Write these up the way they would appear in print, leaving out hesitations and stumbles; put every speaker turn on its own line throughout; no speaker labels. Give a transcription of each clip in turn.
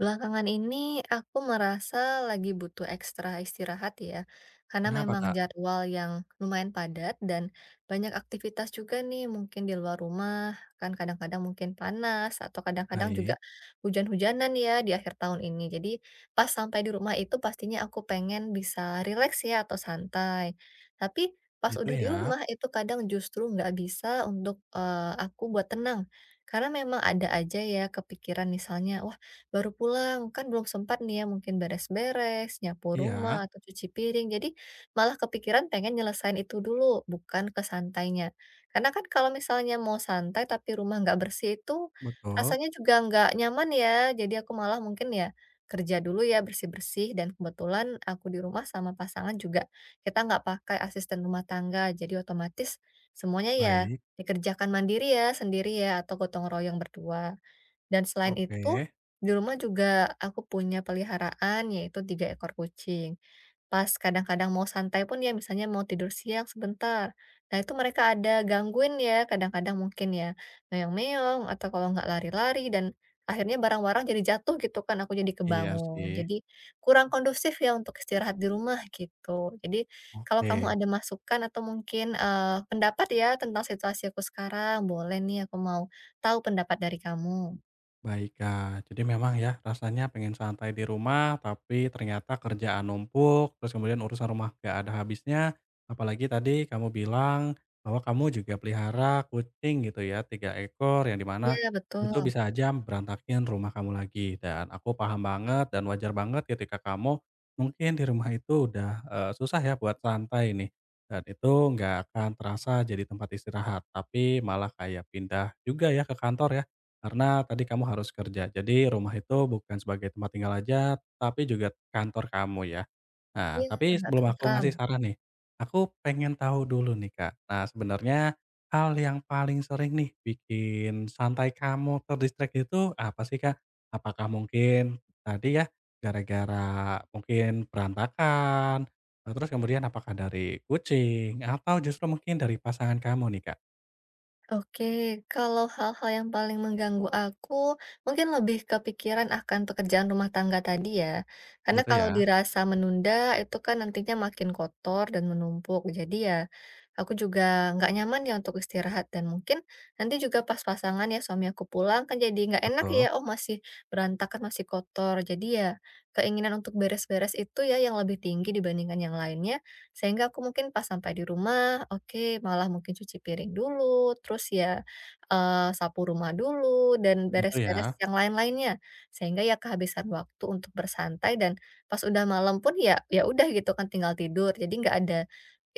Belakangan ini aku merasa lagi butuh ekstra istirahat ya, karena
Kenapa,
memang
Kak?
jadwal yang lumayan padat dan banyak aktivitas juga nih mungkin di luar rumah, kan kadang-kadang mungkin panas atau kadang-kadang juga
Baik,
hujan-hujanan ya di akhir tahun ini. Jadi pas sampai di rumah itu pastinya aku pengen bisa rileks ya atau santai. Tapi pas
gitu
udah di
ya?
rumah itu kadang justru nggak bisa untuk aku buat tenang. Karena memang ada aja ya kepikiran misalnya, baru pulang, kan belum sempat nih ya mungkin beres-beres, nyapu
Iya,
rumah, atau cuci piring. Jadi malah kepikiran pengen nyelesain itu dulu, bukan ke santainya. Karena kan kalau misalnya mau santai tapi rumah nggak bersih itu
betul,
rasanya juga nggak nyaman ya. Jadi aku malah mungkin ya kerja dulu ya bersih-bersih dan kebetulan aku di rumah sama pasangan juga kita nggak pakai asisten rumah tangga jadi otomatis semuanya ya
baik,
dikerjakan mandiri ya sendiri ya atau gotong royong berdua. Dan selain itu,
oke,
di rumah juga aku punya peliharaan yaitu 3 ekor kucing. Pas kadang-kadang mau santai pun ya misalnya mau tidur siang sebentar. Nah itu mereka ada gangguin ya kadang-kadang mungkin ya meong-meong atau kalau nggak lari-lari dan akhirnya barang-barang jadi jatuh gitu kan aku jadi
iya
kebangun.
sih,
Jadi kurang kondusif ya untuk istirahat di rumah gitu. Jadi kalau kamu
oke.
ada masukan atau mungkin pendapat ya tentang situasi aku sekarang, boleh nih aku mau tahu pendapat dari kamu.
Baik Kak, jadi memang ya rasanya pengen santai di rumah, tapi ternyata kerjaan numpuk, terus kemudian urusan rumah gak ada habisnya. Apalagi tadi kamu bilang bahwa kamu juga pelihara kucing gitu ya, 3 ekor yang di mana
Iya betul,
itu bisa aja berantakin rumah kamu lagi. Dan aku paham banget dan wajar banget ketika kamu mungkin di rumah itu udah susah ya buat santai nih. Dan itu nggak akan terasa jadi tempat istirahat, tapi malah kayak pindah juga ya ke kantor ya karena tadi kamu harus kerja, jadi rumah itu bukan sebagai tempat tinggal aja, tapi juga kantor kamu ya. Nah,
iya
tapi
nggak
sebelum aku
tentram.
ngasih saran nih, aku pengen tahu dulu nih, Kak. Nah, sebenarnya hal yang paling sering nih bikin santai kamu terdistract itu apa sih, Kak? Apakah mungkin tadi ya gara-gara mungkin berantakan, terus kemudian apakah dari kucing atau justru mungkin dari pasangan kamu nih, Kak?
Oke, kalau hal-hal yang paling mengganggu aku, mungkin lebih kepikiran akan pekerjaan rumah tangga tadi ya. Karena
Gitu
kalau
ya?
dirasa menunda, itu kan nantinya makin kotor dan menumpuk. Jadi ya, aku juga nggak nyaman ya untuk istirahat. Dan mungkin nanti juga pas pasangan ya suami aku pulang, kan jadi nggak enak ya,
Betul?
oh masih berantakan, masih kotor. Jadi ya, keinginan untuk beres-beres itu ya yang lebih tinggi dibandingkan yang lainnya. Sehingga aku mungkin pas sampai di rumah, oke, malah mungkin cuci piring dulu, terus ya, sapu rumah dulu dan
Gitu
beres-beres
ya?
yang lain-lainnya. Sehingga ya kehabisan waktu untuk bersantai dan pas udah malam pun ya ya udah gitu kan tinggal tidur. Jadi nggak ada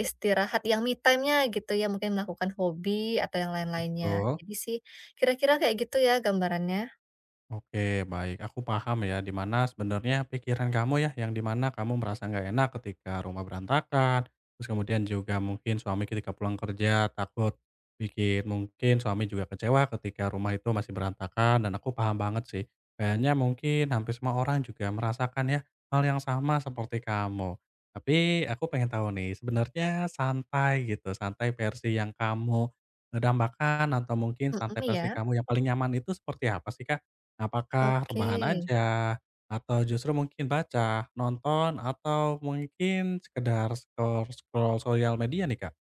istirahat yang me time-nya gitu ya, mungkin melakukan hobi atau yang lain-lainnya.
Betul?
Jadi sih kira-kira kayak gitu ya gambarannya?
Oke, baik. Aku paham ya, di mana sebenarnya pikiran kamu ya, yang di mana kamu merasa nggak enak ketika rumah berantakan, terus kemudian juga mungkin suami ketika pulang kerja takut bikin mungkin suami juga kecewa ketika rumah itu masih berantakan, dan aku paham banget sih. Kayaknya mungkin hampir semua orang juga merasakan ya, hal yang sama seperti kamu. Tapi aku pengen tahu nih, sebenarnya santai gitu, santai versi yang kamu dambakan atau mungkin santai
Mhm,
versi
iya,
kamu yang paling nyaman itu seperti apa sih, Kak? Apakah
oke.
rebahan aja? Atau justru mungkin baca, nonton, atau mungkin sekedar scroll-scroll sosial media nih, Kak?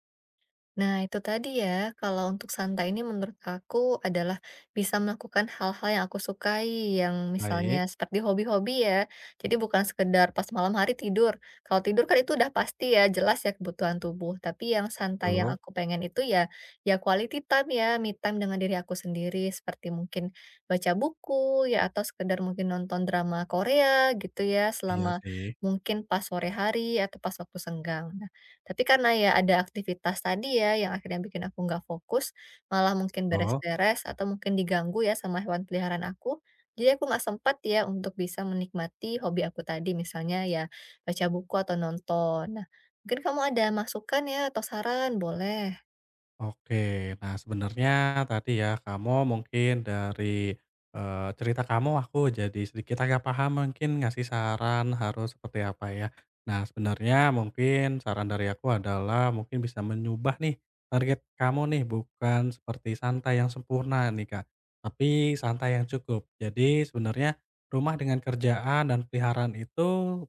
Nah, itu tadi ya, kalau untuk santai ini menurut aku adalah bisa melakukan hal-hal yang aku sukai, yang misalnya
Baik,
seperti hobi-hobi ya. Jadi bukan sekedar pas malam hari tidur. Kalau tidur kan itu udah pasti ya, jelas ya kebutuhan tubuh. Tapi yang santai yang
betul.
aku pengen itu ya, ya quality time ya, me time dengan diri aku sendiri. Seperti mungkin baca buku ya, atau sekedar mungkin nonton drama Korea gitu ya,
Iya
selama
sih,
mungkin pas sore hari atau pas waktu senggang. Tapi karena ya ada aktivitas tadi ya, yang akhirnya bikin aku nggak fokus, malah mungkin
betul.
beres-beres atau mungkin diganggu ya sama hewan peliharaan aku, jadi aku nggak sempat ya untuk bisa menikmati hobi aku tadi, misalnya ya baca buku atau nonton. Nah, mungkin kamu ada masukan ya atau saran? Boleh.
Oke, nah sebenarnya tadi ya kamu mungkin dari, cerita kamu aku jadi sedikit agak paham mungkin ngasih saran harus seperti apa ya. Nah sebenarnya mungkin saran dari aku adalah mungkin bisa menyubah nih target kamu nih bukan seperti santai yang sempurna nih Kak, tapi santai yang cukup. Jadi sebenarnya rumah dengan kerjaan dan peliharaan itu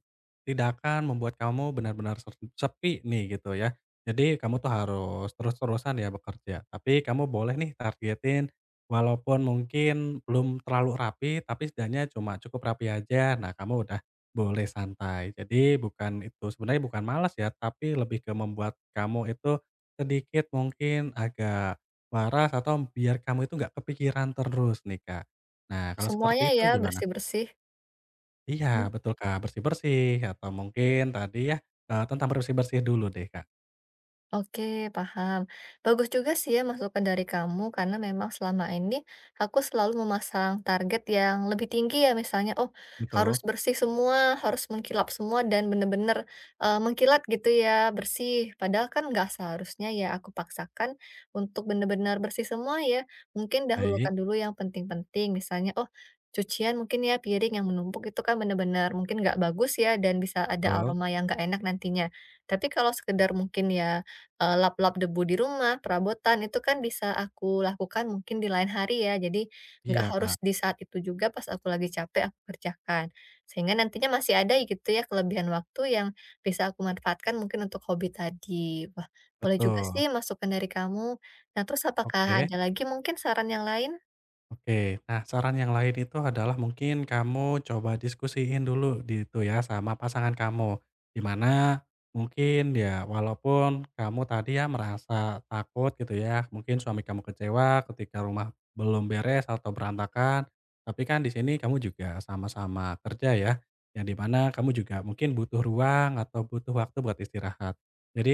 tidak akan membuat kamu benar-benar ser sepi nih gitu ya. Jadi kamu tuh harus terus-terusan ya bekerja, tapi kamu boleh nih targetin walaupun mungkin belum terlalu rapi, tapi setidaknya cuma cukup rapi aja. Nah, kamu udah boleh santai. Jadi bukan itu sebenarnya bukan malas ya, tapi lebih ke membuat kamu itu sedikit mungkin agak waras atau biar kamu itu nggak kepikiran terus nih, Kak. Nah, kalau
Semuanya
seperti itu
ya
gimana?
bersih-bersih.
Iya, betul, Kak, bersih-bersih atau mungkin tadi ya, tentang bersih-bersih dulu deh, Kak.
Oke, paham. Bagus juga sih ya masukan dari kamu karena memang selama ini aku selalu memasang target yang lebih tinggi ya misalnya, oh harus
Betul,
bersih semua, harus mengkilap semua dan bener-bener mengkilat gitu ya, bersih. Padahal kan nggak seharusnya ya aku paksakan untuk bener-bener bersih semua ya. Mungkin
baik.
dahulukan dulu yang penting-penting misalnya, oh cucian mungkin ya piring yang menumpuk itu kan bener-bener mungkin nggak bagus ya dan bisa ada
Betul,
aroma yang nggak enak nantinya. Tapi kalau sekedar mungkin ya lap-lap debu di rumah, perabotan, itu kan bisa aku lakukan mungkin di lain hari ya. Jadi nggak
iya
harus
Kak,
di saat itu juga pas aku lagi capek aku kerjakan. Sehingga nantinya masih ada gitu ya kelebihan waktu yang bisa aku manfaatkan mungkin untuk hobi tadi. Wah, boleh juga sih
betul,
masukan dari kamu. Nah, terus apakah
oke.
ada lagi mungkin saran yang lain?
Oke, nah saran yang lain itu adalah mungkin kamu coba diskusiin dulu di itu ya sama pasangan kamu. Di mana mungkin ya walaupun kamu tadi ya merasa takut gitu ya, mungkin suami kamu kecewa ketika rumah belum beres atau berantakan, tapi kan di sini kamu juga sama-sama kerja ya, yang di mana kamu juga mungkin butuh ruang atau butuh waktu buat istirahat.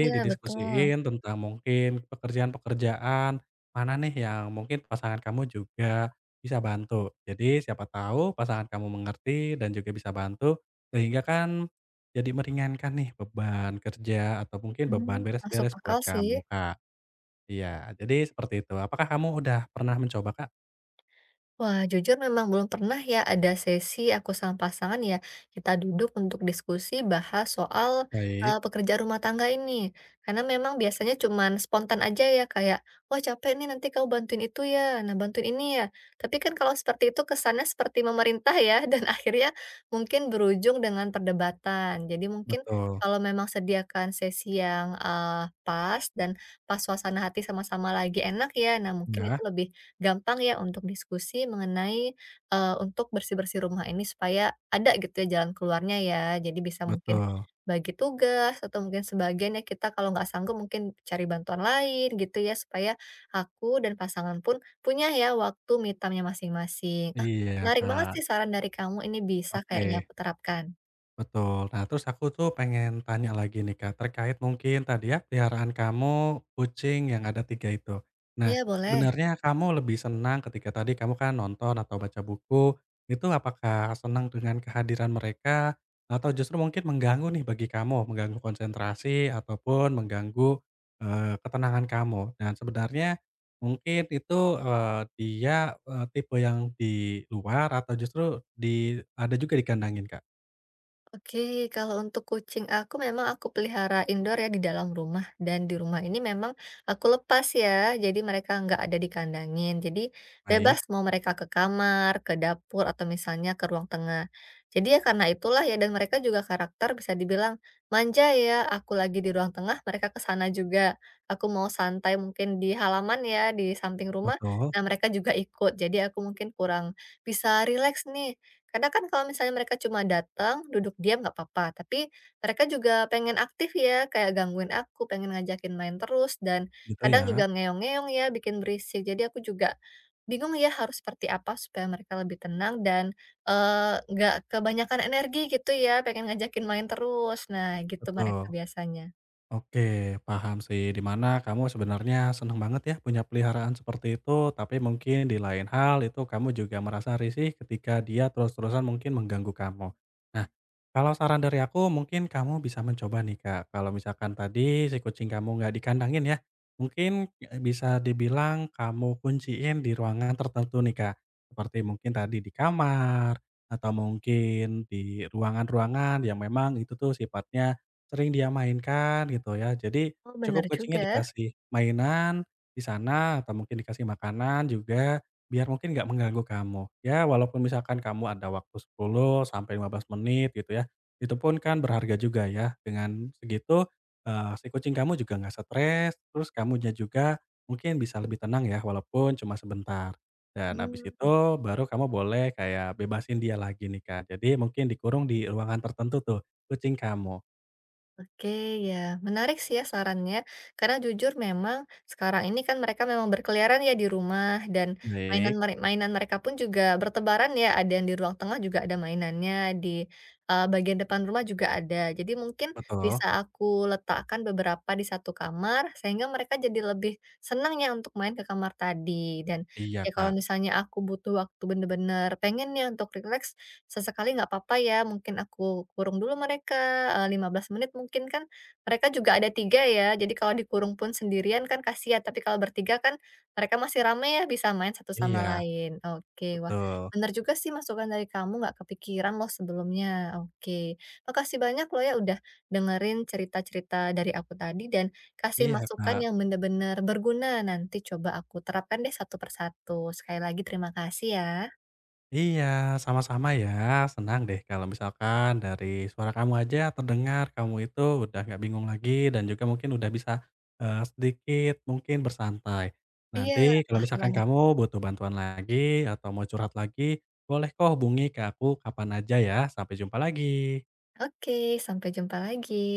Iya, betul.
didiskusiin tentang mungkin pekerjaan-pekerjaan mana nih yang mungkin pasangan kamu juga bisa bantu. Jadi siapa tahu pasangan kamu mengerti dan juga bisa bantu, sehingga kan jadi meringankan nih beban kerja atau mungkin
Mmm,
beban
masuk
beres-beres
akal
buat
sih.
kamu, Kak. Iya, jadi seperti itu. Apakah kamu udah pernah mencoba, Kak?
Wah, jujur memang belum pernah ya ada sesi aku sama pasangan ya, kita duduk untuk diskusi bahas soal
Baik,
pekerjaan rumah tangga ini. Karena memang biasanya cuman spontan aja ya kayak, "Wah capek nih nanti kamu bantuin itu ya, nah bantuin ini ya." Tapi kan kalau seperti itu kesannya seperti memerintah ya dan akhirnya mungkin berujung dengan perdebatan. Jadi mungkin
betul.
kalau memang sediakan sesi yang, pas dan pas suasana hati sama-sama lagi enak ya, nah mungkin itu
Ya,
lebih gampang ya untuk diskusi mengenai, untuk bersih-bersih rumah ini supaya ada gitu ya jalan keluarnya ya. Jadi bisa mungkin
betul.
bagi tugas atau mungkin sebagian ya kita kalau nggak sanggup mungkin cari bantuan lain gitu ya, supaya aku dan pasangan pun punya ya waktu me time-nya masing-masing. Ah,
Iya,
menarik banget sih
Kak.
saran dari kamu, ini bisa kayaknya
Oke.
aku terapkan.
Betul. Nah, terus aku tuh pengen tanya lagi nih, Kak, terkait mungkin tadi ya peliharaan kamu, kucing yang ada 3 itu. Nah,
Iya boleh.
sebenarnya kamu lebih senang ketika tadi kamu kan nonton atau baca buku, itu apakah senang dengan kehadiran mereka atau justru mungkin mengganggu nih bagi kamu, mengganggu konsentrasi ataupun mengganggu, ketenangan kamu? Dan sebenarnya mungkin itu, dia, tipe yang di luar atau justru di ada juga dikandangin, Kak?
Oke, kalau untuk kucing aku memang aku pelihara indoor ya di dalam rumah dan di rumah ini memang aku lepas ya. Jadi mereka nggak ada dikandangin. Jadi
Baik.
bebas mau mereka ke kamar, ke dapur atau misalnya ke ruang tengah. Jadi ya karena itulah ya dan mereka juga karakter bisa dibilang manja ya. Aku lagi di ruang tengah, mereka ke sana juga. Aku mau santai mungkin di halaman ya, di samping rumah.
Betul,
Nah, mereka juga ikut. Jadi aku mungkin kurang bisa rileks nih karena kan kalau misalnya mereka cuma datang, duduk diam nggak papa, tapi mereka juga pengen aktif ya, kayak gangguin aku, pengen ngajakin main terus dan
gitu
kadang
ya,
juga ngeong-ngeong ya, bikin berisik. Jadi aku juga bingung ya harus seperti apa supaya mereka lebih tenang dan, nggak kebanyakan energi gitu ya, pengen ngajakin main terus. Nah gitu mereka
betul.
biasanya.
Oke, paham sih, di mana kamu sebenarnya seneng banget ya punya peliharaan seperti itu, tapi mungkin di lain hal itu kamu juga merasa risih ketika dia terus-terusan mungkin mengganggu kamu. Nah, kalau saran dari aku mungkin kamu bisa mencoba nih Kak, kalau misalkan tadi si kucing kamu nggak dikandangin ya, mungkin e bisa dibilang kamu kunciin di ruangan tertentu nih Kak, seperti mungkin tadi di kamar, atau mungkin di ruangan-ruangan yang memang itu tuh sifatnya sering dia mainkan gitu ya. Jadi
Oh
cukup
bener
kucingnya
juga,
dikasih mainan di sana atau mungkin dikasih makanan juga, biar mungkin nggak mengganggu kamu. Ya walaupun misalkan kamu ada waktu 10 sampai 15 menit gitu ya, itu pun kan berharga juga ya. Dengan segitu, si kucing kamu juga nggak stres, terus kamunya juga mungkin bisa lebih tenang ya walaupun cuma sebentar. Dan habis
mhm.
itu baru kamu boleh kayak bebasin dia lagi nih, Kak. Jadi mungkin dikurung di ruangan tertentu tuh, kucing kamu.
Oke, ya menarik sih ya sarannya, karena jujur memang sekarang ini kan mereka memang berkeliaran ya di rumah dan
Baik,
mainan mereka pun juga bertebaran ya, ada yang di ruang tengah juga ada mainannya, di, bagian depan rumah juga ada. Jadi mungkin
betul.
bisa aku letakkan beberapa di satu kamar, sehingga mereka jadi lebih senang ya untuk main ke kamar tadi. Dan
Iya,
ya kalau
Kak.
misalnya aku butuh waktu bener-bener pengen ya untuk rileks, sesekali nggak apa-apa ya, mungkin aku kurung dulu mereka, 15 menit mungkin kan mereka juga ada 3 ya, jadi kalau dikurung pun sendirian kan kasihan, tapi kalau bertiga kan mereka masih rame ya, bisa main satu sama
Iya,
lain. Oke, wah
betul.
bener juga sih masukan dari kamu, nggak kepikiran loh sebelumnya. Oke, makasih banyak loh ya udah dengerin cerita-cerita dari aku tadi dan kasih
Iya,
masukan
Kak.
yang bener-bener berguna, nanti coba aku terapkan deh satu persatu. Sekali lagi terima kasih ya.
Iya, sama-sama ya. Senang deh kalau misalkan dari suara kamu aja terdengar kamu itu udah nggak bingung lagi dan juga mungkin udah bisa, sedikit mungkin bersantai.
Iya,
Nanti kalau
paham.
misalkan kamu butuh bantuan lagi atau mau curhat lagi, boleh kok hubungi ke aku kapan aja ya. Sampai jumpa lagi.
Oke, sampai jumpa lagi.